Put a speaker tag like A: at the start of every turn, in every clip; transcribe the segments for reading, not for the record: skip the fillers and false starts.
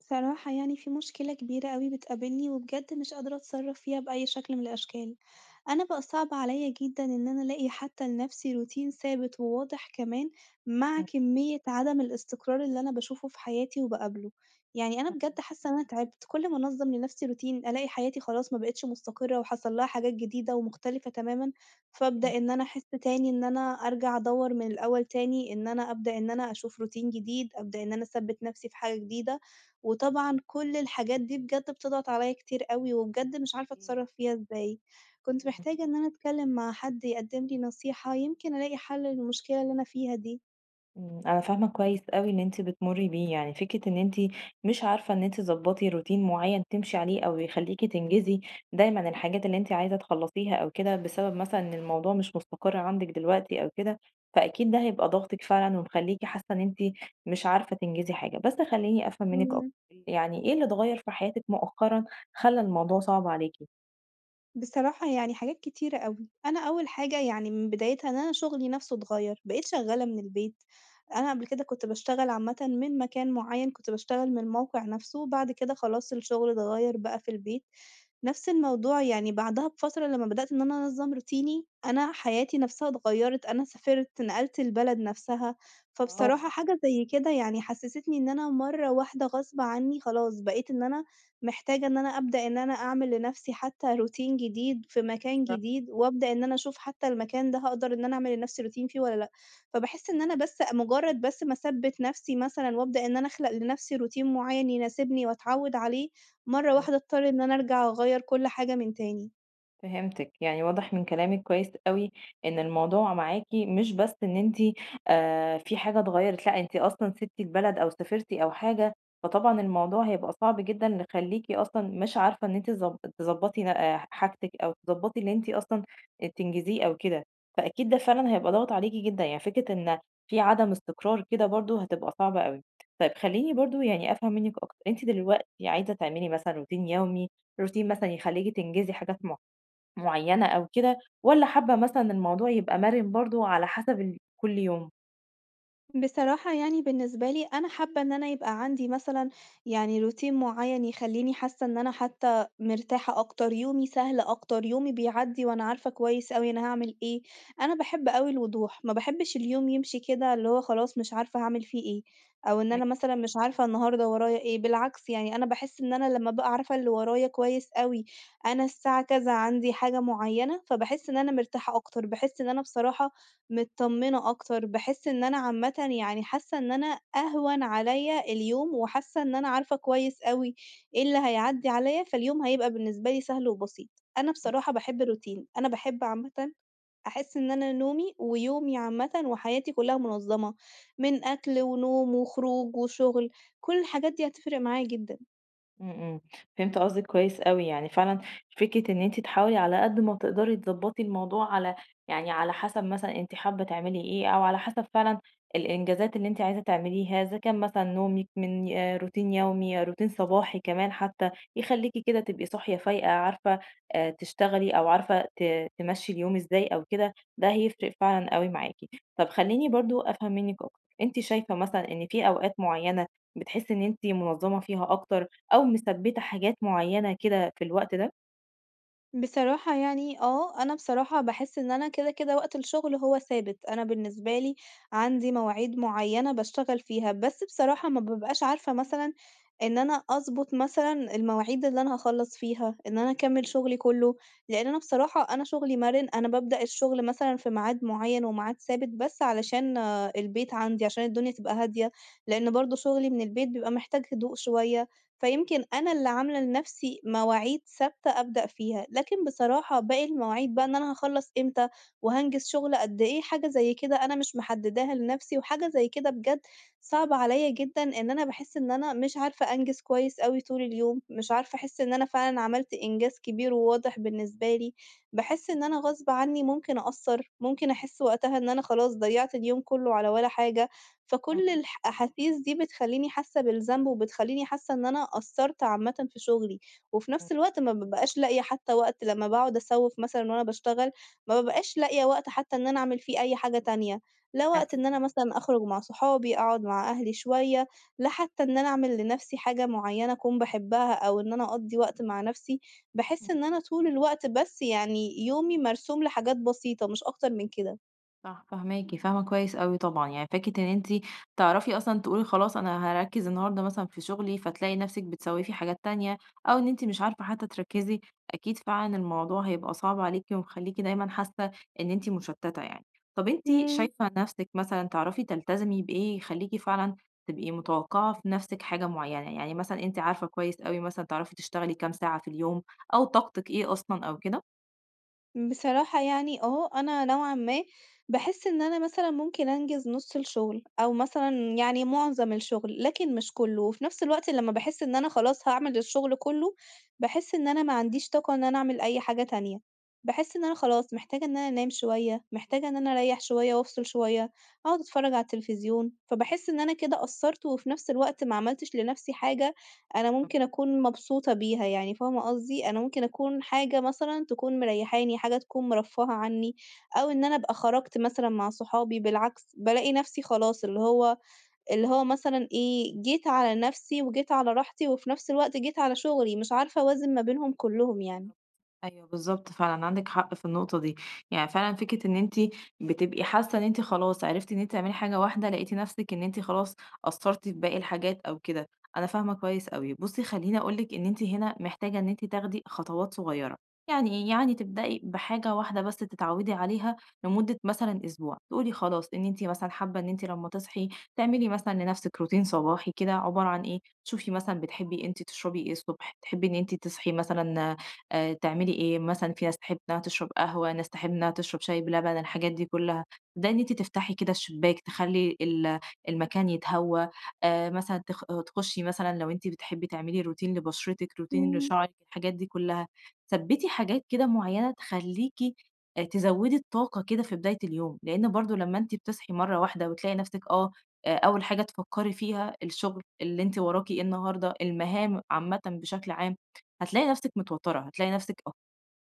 A: صراحة يعني في مشكلة كبيرة أوي بتقابلني وبجد مش قادرة أتصرّف فيها بأي شكل من الأشكال، أنا بقى صعب عليَّ جدًا إن أنا ألاقي حتى لنفسي روتين ثابت وواضح كمان، مع
B: إمم،
A: كمية عدم الاستقرار اللي أنا باشوفه في حياتي وباقابله، يعني أنا
B: فاهماكِ،
A: بجد حاسة إن أنا تعبت، كل ما أنظّم لنفسي روتين ألاقي حياتي خلاص ما بقتش مستقرة وحصل لها حاجات جديدة ومختلفة تمامًا،
B: إمم،
A: فابدأ إن أنا أحس تاني إن أنا أرجع أدوّر من الأول تاني، إن أنا أبدأ إن أنا أشوف روتين جديد، أبدأ إن أنا أثبّت نفسي في حاجة جديدة. وطبعًا كل الحاجات دي بجد بتضغط عليَّ كتير أوي، وبجد مش عارفة
B: أكيد،
A: أتصرّف فيها إزاي. كنت
B: إمم،
A: محتاجة إن أنا أتكلّم مع حد يقدّم لي نصيحة، يمكن ألاقي حل للمشكلة اللي أنا فيها
B: إمم، أنا فاهمة كويس أوي اللي أنتِ بتمُرّي بيه، يعني فكرة إن أنتِ مش عارفة إن أنتِ تضبّطي روتين معيّن تمشي عليه أو يخلّيكِ تنجزي دايمًا الحاجات اللي أنتِ عايزة تخلّصيها أو كده، بسبب مثلًا إن الموضوع مش مستقر عندِك دلوقتي أو كده، فأكيد ده هيبقى ضاغطِك فعلًا ومخلّيكِ حاسة إن أنتِ مش عارفة تنجزي حاجة. بس خلّيني أفهم منِّك أكتر،
A: دي.
B: يعني إيه اللي اتغيّر في حياتِك مؤخرًا خلّى الموضوع صعب عليكِ؟
A: بصراحة يعني حاجات كتيرة أوي، أنا أول حاجة يعني من بدايتها إن أنا شغلي نفْسه اتغيّر، بقيت شغّالة من البيت، أنا قبل كده كنت باشتغل عامةً من مكان معيّن، كنت باشتغل من الموقع نفْسه، بعد كده خلاص الشغل اتغيّر بقى في البيت، نفْس الموضوع يعني بعدها بفترة لمّا بدأت إن أنا أنظّم روتيني، أنا حياتي نفْسها اتغيّرت، أنا سافرت، نقلت البلد نفْسها، فبصراحة
B: آه،
A: حاجة زي كده يعني حسّستني إن أنا مرّة واحدة غصب عني خلاص بقيت إن أنا محتاجة إن أنا أبدأ إن أنا أعمل لنفسي حتى روتين جديد في مكان
B: بالضبط.
A: جديد، وأبدأ إن أنا أشوف حتى المكان ده هاقدر إن أنا أعمل لنفسي روتين فيه والّا لأ. فباحس إن أنا بس مجرد ما أثبِّت نفسي مثلًا وأبدأ إن أنا أخلق لنفسي روتين معيّن يناسبني وأتعوِّد عليه، مرّة
B: إمم.
A: واحدة أضطر إن أنا أرجع أغيّر كل حاجة من تاني.
B: فهمتِك، يعني واضح من كلامِك كويس أوي إن الموضوع معاكِ مش بس إن أنتِ في حاجة اتغيّرت، لأ أنتِ أصلًا سِبتِ البلد أو سافرتِ أو حاجة، فطبعًا الموضوع هيبقى صعب جدًا مخلّيكِ أصلًا مش عارفة إن أنتِ تضبّطي ن حاجتِك أو تضبّطي اللي أنتِ أصلًا تنجزيه أو كده، فأكيد ده فعلًا هيبقى ضاغط عليكِ جدًا، يعني فكرة إن في عدم استقرار كده برضه هتبقى صعبة أوي. طيب خلّيني برضه يعني أفهم منِّك أكتر، أنتِ دلوقتي عايزة تعملي مثلًا روتين يومي، روتين مثلًا يخلّيكِ تنجزي حاجات معيّنة أو كده، والّا حابة مثلًا الموضوع يبقى مَرِن برضه على حسب كل يوم؟
A: بصراحة يعني بالنسبة لي أنا حابة إن أنا يبقى عندي مثلًا يعني روتين معين يخلّيني حاسة إن أنا حتى مرتاحة أكتر، يومي سهل أكتر، يومي بيعدّي وأنا عارفة كويس أوي أنا هاعمل إيه، أنا باحب أوي الوضوح، ما باحبش اليوم يمشي كده اللي هو خلاص مش عارفة هاعمل فيه إيه، أو إن أنا
B: فاهماك،
A: مثلًا مش عارفة النهارده ورايا إيه، بالعكس يعني أنا باحس إن أنا لمّا أبقى عارفة اللي ورايا كويس أوي، أنا الساعة كذا عندي حاجة معينة، فباحس إن أنا مرتاحة أكتر، باحس إن أنا بصراحة متطمنة أكتر، باحس إن أنا عامةً يعني حاسة إن أنا أهون عليَّ اليوم، وحاسة إن أنا عارفة كويس أوي إيه اللي هيعدّي عليَّ، فاليوم هيبقى بالنسبة لي سهل وبسيط. أنا
B: إمم.
A: بصراحة باحب الروتين، أنا باحب عامةً أحس إن أنا نومي ويومي عامةً وحياتي كلها منظمة، من أكل ونوم وخروج وشغل، كل الحاجات دي هتفرق معايا جدًا.
B: إمم، إمم، فهمت قصدِك كويس أوي، يعني فعلًا فكرة إن أنتِ تحاولي على قد ما تقدري تضبّطي الموضوع على يعني على حسب مثلًا أنتِ حابة تعملي إيه، أو على حسب فعلًا الإنجازات اللي أنتِ عايزة تعمليها، إذا كان مثلًا نومِك من روتين يومي، آه، روتين صباحي كمان حتى، يخلّيكِ كده تبقي صاحية فايقة عارفة تشتغلي أو عارفة تمشّي اليوم إزاي أو كده، ده هيفرق فعلًا أوي معاكِ. طب خلّيني برضه أفهم منِّك أكتر، أنتِ شايفة مثلًا إن في أوقات معيّنة بتحسّي إن أنتِ منظّمة فيها أكتر، أو مثبّتة حاجات معيّنة كده في الوقت ده؟
A: بصراحة يعني آه، أنا بصراحة باحس إن أنا كده وقت الشغل هو ثابت، أنا بالنسبة لي عندي مواعيد معيّنة باشتغل فيها، بس بصراحة ما بابقاش عارفة مثلًا إن أنا أضبط مثلًا المواعيد اللي أنا هاخلّص فيها، إن أنا أكمّل شغلي كلّه، لإن أنا بصراحة أنا شغلي مَرِن، أنا بابدأ الشغل مثلًا في ميعاد معيّن وميعاد ثابت بس علشان البيت عندي، عشان الدنيا تبقى هادية، لإن برضه شغلي من البيت بيبقى محتاج هدوء شوية. فيمكن أنا اللي عاملة لنفسي مواعيد ثابتة أبدأ فيها، لكن بصراحة باقي المواعيد بقى إن أنا هاخلّص إمتى، وهانجز شغل قد إيه، حاجة زي كده أنا مش محدداها لنفسي، وحاجة زي كده بجد صعبة عليَّ جدًا، إن أنا باحس إن أنا مش عارفة أنجز كويس أوي طول اليوم، مش عارفة أحس إن أنا فعلًا عملت إنجاز كبير وواضح بالنسبة لي، باحس إن أنا غصب عني ممكن أقصّر، ممكن أحس وقتها إن أنا خلاص ضيّعت اليوم كله على ولا حاجة. فكل
B: إمم،
A: الح أحاسيس دي بتخلّيني حاسة بالذنب، وبتخلّيني حاسة إن أنا قصّرت عامةً في شغلي، وفي
B: إمم،
A: نفس الوقت ما بابقاش لاقية حتى وقت لمّا باقعد أسوّف مثلًا وأنا باشتغل، ما بابقاش لاقية وقت حتى إن أنا أعمل فيه أي حاجة تانية، لا وقت
B: أكيد
A: إن أنا
B: طبعًا.
A: مثلًا أخرج مع صحابي، أقعد مع أهلي شوية، لا حتى إن أنا أعمل لنفسي حاجة معيّنة أكون باحبها، أو إن أنا أقضّي وقت مع نفسي، باحس إن أنا طول الوقت بس يعني يومي مرسوم لحاجات بسيطة مش أكتر من كده.
B: صح فاهماكِ، فاهمة كويس أوي طبعًا، يعني فكرة إن أنتِ تعرفي أصلًا تقولي خلاص أنا هاركّز النهارده مثلًا في شغلي، فتلاقي نفسِك بتسوّفي حاجات تانية، أو إن أنتِ مش عارفة حتى تركّزي، أكيد فعلًا الموضوع هيبقى صعب عليكِ ومخلّيكِ دايمًا حاسة إن أنتِ مشتتة يعني. طب أنتِ
A: إمم.
B: شايفة نفسِك مثلًا تعرفي تلتزمي بإيه يخلّيكِ فعلًا تبقي متوقعة في نفسِك حاجة معينة، يعني مثلًا أنتِ عارفة كويس أوي مثلًا تعرفي تشتغلي كام ساعة في اليوم، أو طاقتِك إيه أصلًا أو
A: بصراحة يعني آه، أنا نوعًا ما باحس إن أنا مثلًا ممكن أنجز نُص الشغل، أو مثلًا يعني معظم الشغل، لكن مش كلّه، وفي نفس الوقت لمّا باحس إن أنا خلاص هاعمل الشغل كلّه، باحس إن أنا ما عنديش طاقة إن أنا أعمل أي حاجة تانية، باحس إن أنا خلاص محتاجة إن أنا أنام شوية، محتاجة إن أنا أريّح شوية وأفصل شوية، أقعد أتفرّج على التلفزيون، فباحس إن أنا كده قصّرت وفي نفس الوقت ما عملتش لنفسي حاجة أنا
B: كده؟
A: ممكن أكون مبسوطة بيها، يعني فاهمة قصدي؟ أنا ممكن أكون حاجة مثلًا تكون مريّحاني، حاجة تكون مرفّهة عنّي، أو إن أنا أبقى خرجت مثلًا مع صحابي، بالعكس بالاقي نَفْسي خلاص اللي هو مثلًا إيه، جيت على نَفْسي وجيت على راحتي وفي نَفْس الوقت جيت على شُغلي، مش عارفة أوازن ما بينهم كُلّهم يعني.
B: أيوه بالضبط فعلًا، عندِك حق في النقطة دي، يعني فعلًا فكرة إن أنتِ بتبقي حاسة إن أنتِ خلاص عرفتِ إن أنتِ تعملي حاجة واحدة، لقيتِ نفسِك إن أنتِ خلاص قصّرتِ في باقي الحاجات أو كده، أنا فاهمة كويس أوي. بُصّي خلّيني أقول لِك إن أنتِ هنا محتاجة إن أنتِ تاخدي خطوات صغيرة، يعني إيه، يعني تبدئي بحاجة واحدة بس تتعودي عليها لمدة مثلًا أسبوع، تقولي خلاص إن أنتِ مثلًا حابة إن أنتِ لمّا تصحي تعملي مثلًا لنفسِك روتين صباحي كده عبارة عن إيه، شوفي مثلًا بتحبي أنتِ تشربي إيه الصبح، تحبي إن أنتِ تصحي مثلًا تعملي إيه، مثلًا في ناس تحب إنها تشرب قهوة، ناس تحب إنها تشرب شاي بلبن، الحاجات دي كلّها. تبدئي إن أنتِ تفتحي كده الشباك، تخلّي المكان يتهوّى، مثلًا تخشي مثلًا لو أنتِ بتحبي تعملي روتين لبشرتِك، روتين
A: إمم،
B: لشعرِك، الحاجات دي كلّها. ثبّتي حاجات كده معيّنة تخلّيكِ تزوّدي الطاقة كده في بداية اليوم، لإن برضه لمّا أنتِ بتصحي مرّة واحدة وتلاقي نَفْسِك أول حاجة تفكّري فيها الشغل اللي أنتِ وراكِ إيه النهارده، المهام عامةً بشكل عام. هتلاقي نفسِك متوترة، هتلاقي نفسِك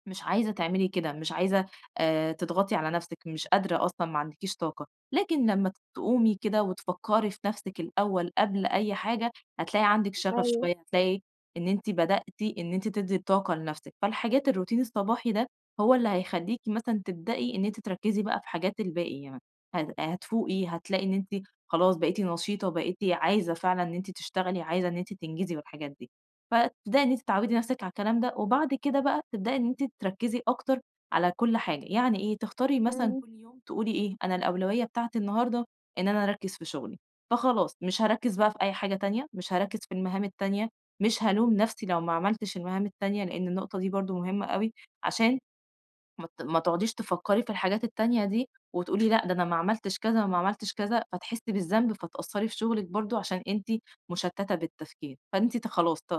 B: مش عايزة تعملي كده، مش عايزة تضغطي على نفسِك، مش قادرة أصلًا، ما عندكيش طاقة، لكن لمّا تقومي كده وتفكري في نفسِك الأول قبل أي حاجة، هتلاقي عندِك شغف
A: أيوه،
B: شوية، هتلاقي إن أنتِ بدأتِ إن أنتِ تدّي طاقة لنفسِك، فالحاجات الروتين الصباحي ده هو اللي هيخلّيكِ مثلًا تبدئي إن أنتِ تركزي بقى في حاجات الباقي يعني، هتفوقي، هتلاقي إن أنتِ خلاص بقيتِ نشيطة، بقيتِ عايزة فعلًا إن أنتِ تشتغلي، عايزة إن أنتِ تنجزي والحاجات دي. فتبدئي إن أنتِ تعوّدي نَفْسِك على الكلام ده، وبعد كده بقى تبدئي إن أنتِ تركّزي أكتر على كل حاجة، يعني إيه، تختاري مثلًا
A: إمم.
B: كل يوم تقولي إيه، أنا الأولوية بتاعتي النهارده إن أنا أركّز في شغلي، فخلاص مش هاركّز بقى في أي حاجة تانية، مش هاركّز في المهام التانية، مش هالوم نَفْسي لو ما عملتش المهام التانية، لإن النقطة دي برضه مهمة أوي، عشان ما تقعديش تفكّري في الحاجات التانية دي، وتقولي لأ ده أنا ما عملتش كذا وما عملتش كذا، فتحسّي بالذنب فتأثّري في شغلِك برضه عشان أنتِ مشتّتة بالتفكير، فأنتِ خلاص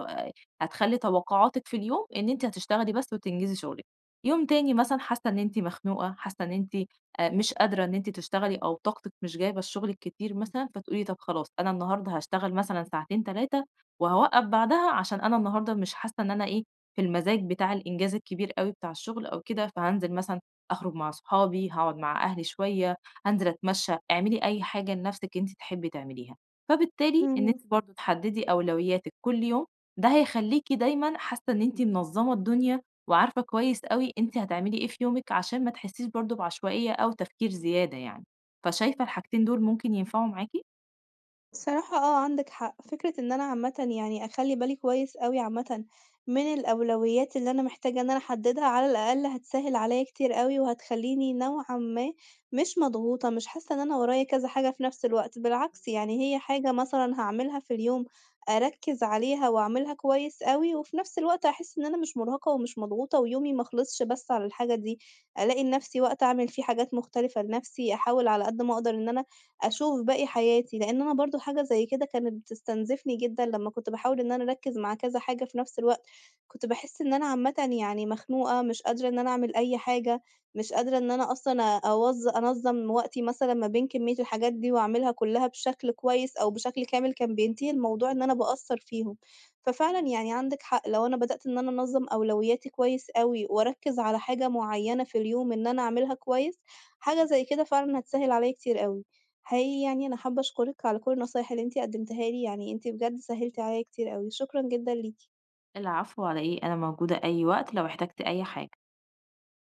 B: هتخلّي توقعاتِك في اليوم إن أنتِ هتشتغلي بس وتنجزي شغلِك، يوم تاني مثلًا حاسة إن أنتِ مخنوقة، حاسة إن أنتِ مش قادرة إن أنتِ تشتغلي أو طاقتِك مش جايبة الشغل الكتير مثلًا، فتقولي طَب خلاص أنا النهارده هاشتغل مثلًا ساعتين 3 وهاوقّف بعدها عشان أنا النهارده مش حاسة إن أنا إيه، في المزاج بتاع الإنجاز الكبير أوي بتاع الشغل أو كده، فهانزل مثلًا أخرج مع صحابي، هاقعد مع أهلي شوية، هانزل أتمشى، اعملي أي حاجة لنفسِك أنتِ تحبي تعمليها. فبالتالي إن
A: إمم.
B: أنتِ برضه تحددي أولوياتِك كل يوم، ده هيخليكِ دايمًا حاسة إن أنتِ منظمة الدنيا، وعارفة كويس أوي أنتِ هتعملي إيه في يومِك، عشان ما تحسيش برضه بعشوائية أو تفكير زيادة يعني. فشايفة الحاجتين دول ممكن ينفعوا معاكِ؟
A: بصراحة آه، عندك حق. فكرة إن أنا عامةً يعني أخلّي بالي كويس أوي عامةً من الأولويات اللي أنا محتاجة إن أنا أحددها، على الأقل هتسهِّل عليَّ كتير أوي، وهتخلّيني نوعًا ما مش مضغوطة، مش حاسة إن أنا ورايا كذا حاجة في نفس الوقت، بالعكس
B: بالضبط.
A: يعني هي حاجة مثلًا هاعملها في اليوم، أركّز عليها وأعملها كويس أوي، وفي نفس الوقت هاحس إن أنا مش مرهقة ومش مضغوطة، ويومي ما خلصش بس على الحاجة دي. ألاقي لنفسي وقت أعمل فيه حاجات مختلفة لنفسي، أحاول على قد ما أقدر إن أنا أشوف باقي حياتي، لإن أنا برضه حاجة زي كده كانت بتستنزفني جدًا لمّا كنت باحاول إن أنا أركّز مع كذا حاجة في نفس الوقت، كنت باحس إن أنا عامةً يعني مخنوقة، مش قادرة إن أنا أعمل أي حاجة، مش قادرة إن أنا أصلًا أنظّم وقتي مثلًا ما بين كمية الحاجات دي وأعملها كلّها بشكل كويس أو بشكل كامل، كان بينتهي الموضوع إن أنا باقصّر فيهم. ففعلًا يعني عندِك حق، لو أنا بدأت إن أنا أنظّم أولوياتي كويس أوي وأركّز على حاجة معيّنة في اليوم إن أنا أعملها كويس، حاجة زي كده فعلًا هتسهّل عليّا كتير أوي. حقيقي يعني أنا حابة أشكرِك على كل النصايح اللي أنتِ قدمتيها لي، يعني أنتِ بجد سهلتِ عليَّ كتير أوي، شكرًا جدًا ليكِ.
B: العفو على إيه، أنا موجودة أي وقت لو احتجتِ أي حاجة.